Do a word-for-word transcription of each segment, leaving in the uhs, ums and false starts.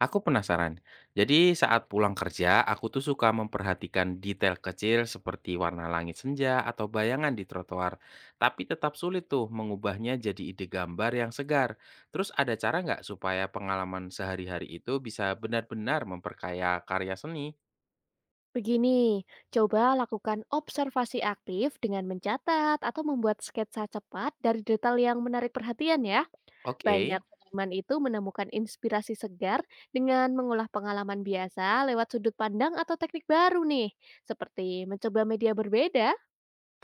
Aku penasaran. Jadi saat pulang kerja, aku tuh suka memperhatikan detail kecil seperti warna langit senja atau bayangan di trotoar. Tapi tetap sulit tuh mengubahnya jadi ide gambar yang segar. Terus ada cara nggak supaya pengalaman sehari-hari itu bisa benar-benar memperkaya karya seni? Begini, coba lakukan observasi aktif dengan mencatat atau membuat sketsa cepat dari detail yang menarik perhatian ya. Banyak Oke. seniman itu menemukan inspirasi segar dengan mengolah pengalaman biasa lewat sudut pandang atau teknik baru nih, seperti mencoba media berbeda.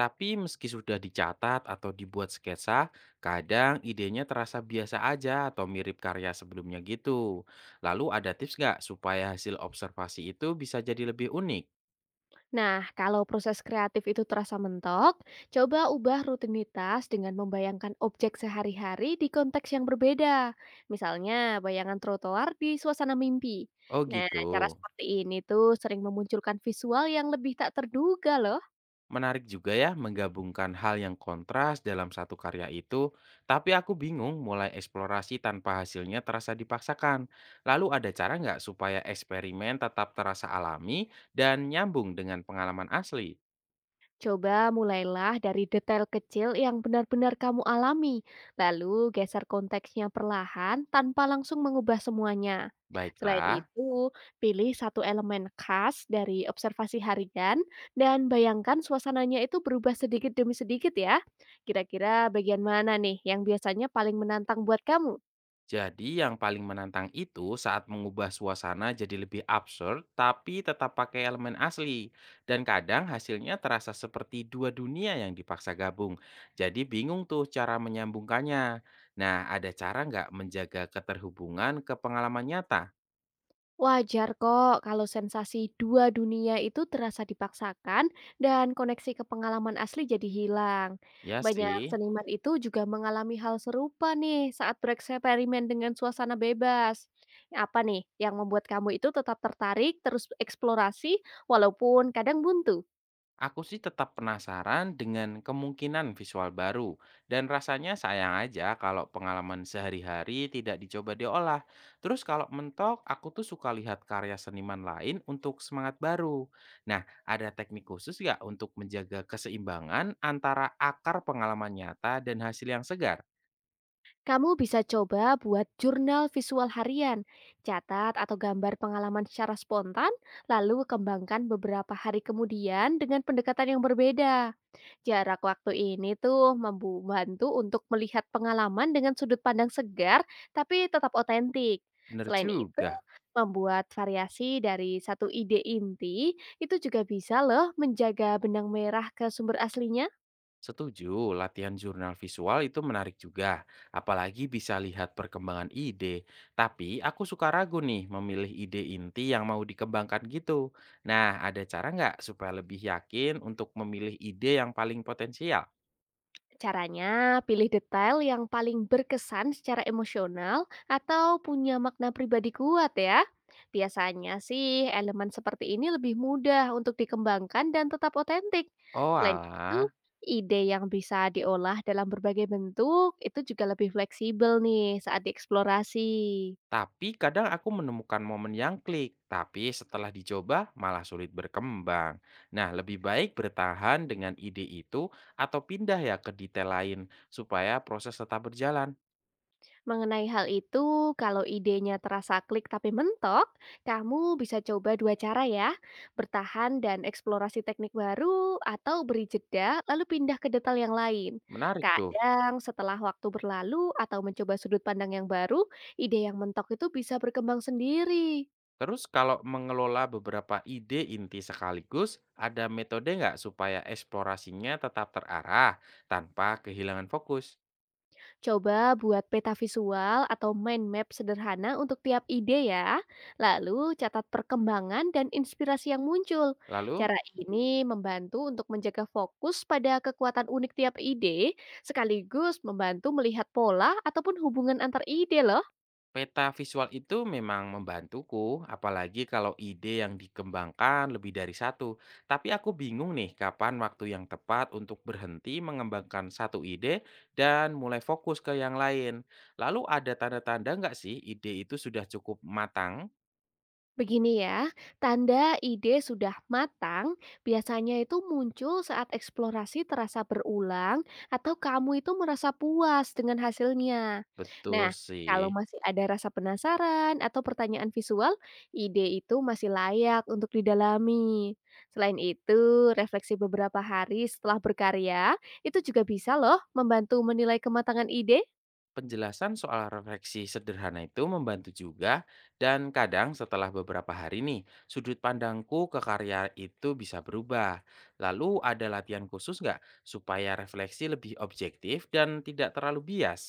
Tapi meski sudah dicatat atau dibuat sketsa, kadang idenya terasa biasa aja atau mirip karya sebelumnya gitu. Lalu ada tips nggak supaya hasil observasi itu bisa jadi lebih unik? Nah, kalau proses kreatif itu terasa mentok, coba ubah rutinitas dengan membayangkan objek sehari-hari di konteks yang berbeda. Misalnya, bayangan trotoar di suasana mimpi. Oh Nah, gitu. cara seperti ini tuh sering memunculkan visual yang lebih tak terduga loh. Menarik juga ya menggabungkan hal yang kontras dalam satu karya itu, tapi aku bingung mulai eksplorasi tanpa hasilnya terasa dipaksakan. Lalu ada cara nggak supaya eksperimen tetap terasa alami dan nyambung dengan pengalaman asli? Coba mulailah dari detail kecil yang benar-benar kamu alami, lalu geser konteksnya perlahan tanpa langsung mengubah semuanya. Selain Baiklah. itu, pilih satu elemen khas dari observasi harian dan bayangkan suasananya itu berubah sedikit demi sedikit ya. Kira-kira bagian mana nih yang biasanya paling menantang buat kamu? Jadi yang paling menantang itu saat mengubah suasana jadi lebih absurd tapi tetap pakai elemen asli. Dan kadang hasilnya terasa seperti dua dunia yang dipaksa gabung. Jadi bingung tuh cara menyambungkannya. Nah, ada cara nggak menjaga keterhubungan ke pengalaman nyata? Wajar kok kalau sensasi dua dunia itu terasa dipaksakan dan koneksi ke pengalaman asli jadi hilang. Ya Banyak sih. seniman itu juga mengalami hal serupa nih saat bereksperimen dengan suasana bebas. Apa nih yang membuat kamu itu tetap tertarik terus eksplorasi walaupun kadang buntu? Aku sih tetap penasaran dengan kemungkinan visual baru, dan rasanya sayang aja kalau pengalaman sehari-hari tidak dicoba diolah. Terus kalau mentok, aku tuh suka lihat karya seniman lain untuk semangat baru. Nah, ada teknik khusus nggak untuk menjaga keseimbangan antara akar pengalaman nyata dan hasil yang segar? Kamu bisa coba buat jurnal visual harian, catat atau gambar pengalaman secara spontan, lalu kembangkan beberapa hari kemudian dengan pendekatan yang berbeda. Jarak waktu ini tuh membantu untuk melihat pengalaman dengan sudut pandang segar tapi tetap otentik. Bener Selain itu, juga. membuat variasi dari satu ide inti itu juga bisa loh menjaga benang merah ke sumber aslinya. Setuju, latihan jurnal visual itu menarik juga, apalagi bisa lihat perkembangan ide. Tapi aku suka ragu nih memilih ide inti yang mau dikembangkan gitu. Nah, ada cara nggak supaya lebih yakin untuk memilih ide yang paling potensial? Caranya, pilih detail yang paling berkesan secara emosional atau punya makna pribadi kuat ya. Biasanya sih elemen seperti ini lebih mudah untuk dikembangkan dan tetap otentik. Oh Selain itu, alah, ide yang bisa diolah dalam berbagai bentuk itu juga lebih fleksibel nih saat dieksplorasi. tapi kadang aku menemukan momen yang klik, tapi setelah dicoba malah sulit berkembang. Nah, lebih baik bertahan dengan ide itu atau pindah ya ke detail lain supaya proses tetap berjalan. Mengenai hal itu, kalau idenya terasa klik tapi mentok, kamu bisa coba dua cara ya. Bertahan dan eksplorasi teknik baru atau beri jeda lalu pindah ke detail yang lain. Menarik tuh. Kadang setelah waktu berlalu atau mencoba sudut pandang yang baru, ide yang mentok itu bisa berkembang sendiri. Terus kalau mengelola beberapa ide inti sekaligus, ada metode nggak supaya eksplorasinya tetap terarah tanpa kehilangan fokus? Coba buat peta visual atau mind map sederhana untuk tiap ide ya. Lalu catat perkembangan dan inspirasi yang muncul. Lalu, Cara ini membantu untuk menjaga fokus pada kekuatan unik tiap ide, sekaligus membantu melihat pola ataupun hubungan antar ide loh. peta visual itu memang membantuku, apalagi kalau ide yang dikembangkan lebih dari satu. Tapi aku bingung nih kapan waktu yang tepat untuk berhenti mengembangkan satu ide dan mulai fokus ke yang lain. Lalu ada tanda-tanda nggak sih ide itu sudah cukup matang? Begini ya, tanda ide sudah matang biasanya itu muncul saat eksplorasi terasa berulang atau kamu itu merasa puas dengan hasilnya. Betul Nah, sih. kalau masih ada rasa penasaran atau pertanyaan visual, ide itu masih layak untuk didalami. Selain itu, refleksi beberapa hari setelah berkarya itu juga bisa loh membantu menilai kematangan ide. Penjelasan soal refleksi sederhana itu membantu juga, dan kadang setelah beberapa hari nih sudut pandangku ke karya itu bisa berubah. Lalu ada latihan khusus nggak supaya refleksi lebih objektif dan tidak terlalu bias?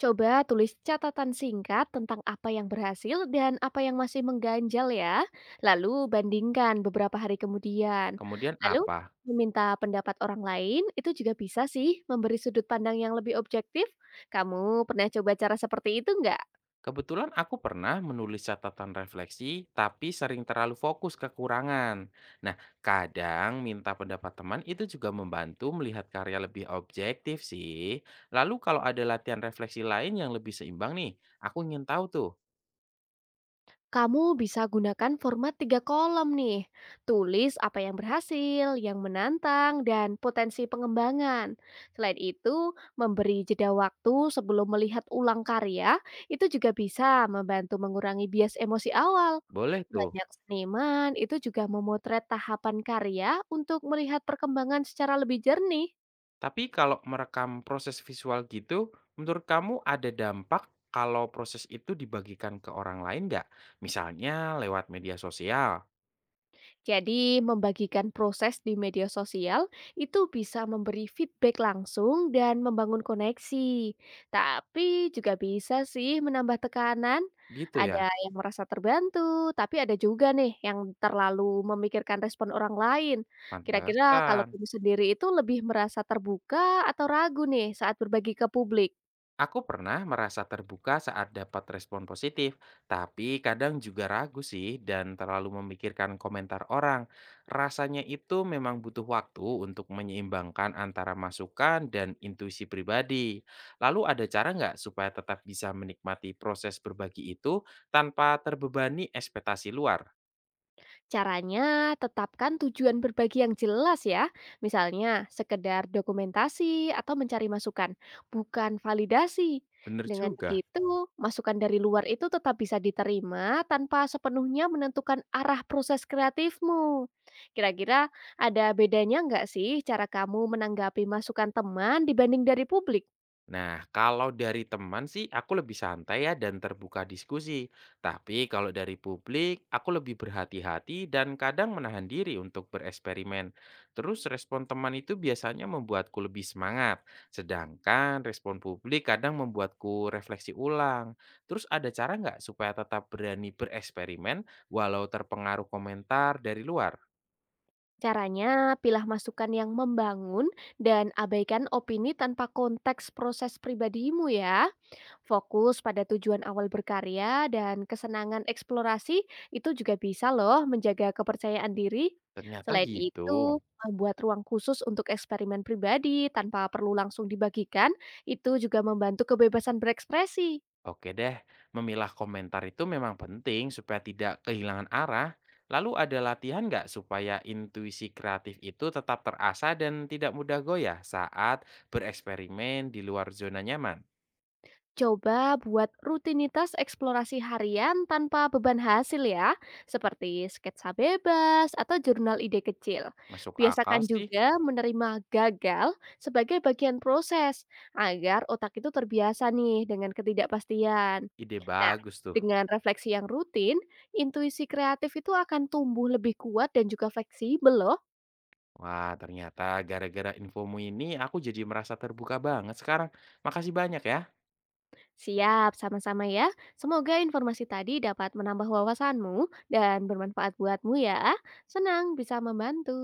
Coba tulis catatan singkat tentang apa yang berhasil dan apa yang masih mengganjal ya. Lalu bandingkan beberapa hari kemudian. Kemudian Lalu apa? meminta pendapat orang lain itu juga bisa sih memberi sudut pandang yang lebih objektif. Kamu pernah coba cara seperti itu nggak? Kebetulan aku pernah menulis catatan refleksi, tapi sering terlalu fokus ke kekurangan. Nah, kadang minta pendapat teman itu juga membantu melihat karya lebih objektif sih. Lalu kalau ada latihan refleksi lain yang lebih seimbang nih, aku ingin tahu tuh. Kamu bisa gunakan format tiga kolom nih. Tulis apa yang berhasil, yang menantang, dan potensi pengembangan. Selain itu, memberi jeda waktu sebelum melihat ulang karya, itu juga bisa membantu mengurangi bias emosi awal. Boleh tuh. Banyak seniman itu juga memotret tahapan karya untuk melihat perkembangan secara lebih jernih. Tapi kalau merekam proses visual gitu, menurut kamu ada dampak kalau proses itu dibagikan ke orang lain nggak? Misalnya lewat media sosial. Jadi, membagikan proses di media sosial itu bisa memberi feedback langsung dan membangun koneksi. Tapi juga bisa sih menambah tekanan. Gitu ya, Ada yang merasa terbantu, tapi ada juga nih yang terlalu memikirkan respon orang lain. Kira-kira kalau pantesan. kamu sendiri itu lebih merasa terbuka atau ragu nih saat berbagi ke publik? Aku pernah merasa terbuka saat dapat respon positif, tapi kadang juga ragu sih dan terlalu memikirkan komentar orang. Rasanya itu memang butuh waktu untuk menyeimbangkan antara masukan dan intuisi pribadi. Lalu ada cara nggak supaya tetap bisa menikmati proses berbagi itu tanpa terbebani ekspektasi luar? Caranya, tetapkan tujuan berbagi yang jelas ya. Misalnya, sekedar dokumentasi atau mencari masukan, bukan validasi. Bener Dengan juga. begitu, masukan dari luar itu tetap bisa diterima tanpa sepenuhnya menentukan arah proses kreatifmu. Kira-kira ada bedanya nggak sih cara kamu menanggapi masukan teman dibanding dari publik? Nah, kalau dari teman sih aku lebih santai ya dan terbuka diskusi. Tapi kalau dari publik, aku lebih berhati-hati dan kadang menahan diri untuk bereksperimen. Terus respon teman itu biasanya membuatku lebih semangat. Sedangkan respon publik kadang membuatku refleksi ulang. Terus ada cara nggak supaya tetap berani bereksperimen walau terpengaruh komentar dari luar? Caranya, pilah masukan yang membangun dan abaikan opini tanpa konteks proses pribadimu ya. Fokus pada tujuan awal berkarya dan kesenangan eksplorasi itu juga bisa loh menjaga kepercayaan diri. Ternyata Selain gitu. itu, membuat ruang khusus untuk eksperimen pribadi tanpa perlu langsung dibagikan, itu juga membantu kebebasan berekspresi. Oke deh, memilah komentar itu memang penting supaya tidak kehilangan arah. Lalu ada latihan nggak supaya intuisi kreatif itu tetap terasa dan tidak mudah goyah saat bereksperimen di luar zona nyaman? Coba buat rutinitas eksplorasi harian tanpa beban hasil ya, seperti sketsa bebas atau jurnal ide kecil. Masuk akal Biasakan sih, juga menerima gagal sebagai bagian proses, agar otak itu terbiasa nih dengan ketidakpastian. ide Nah, bagus tuh. dengan refleksi yang rutin, intuisi kreatif itu akan tumbuh lebih kuat dan juga fleksibel loh. Wah, ternyata gara-gara infomu ini aku jadi merasa terbuka banget sekarang. Makasih banyak ya. Siap, sama-sama ya. Semoga informasi tadi dapat menambah wawasanmu dan bermanfaat buatmu ya. Senang bisa membantu.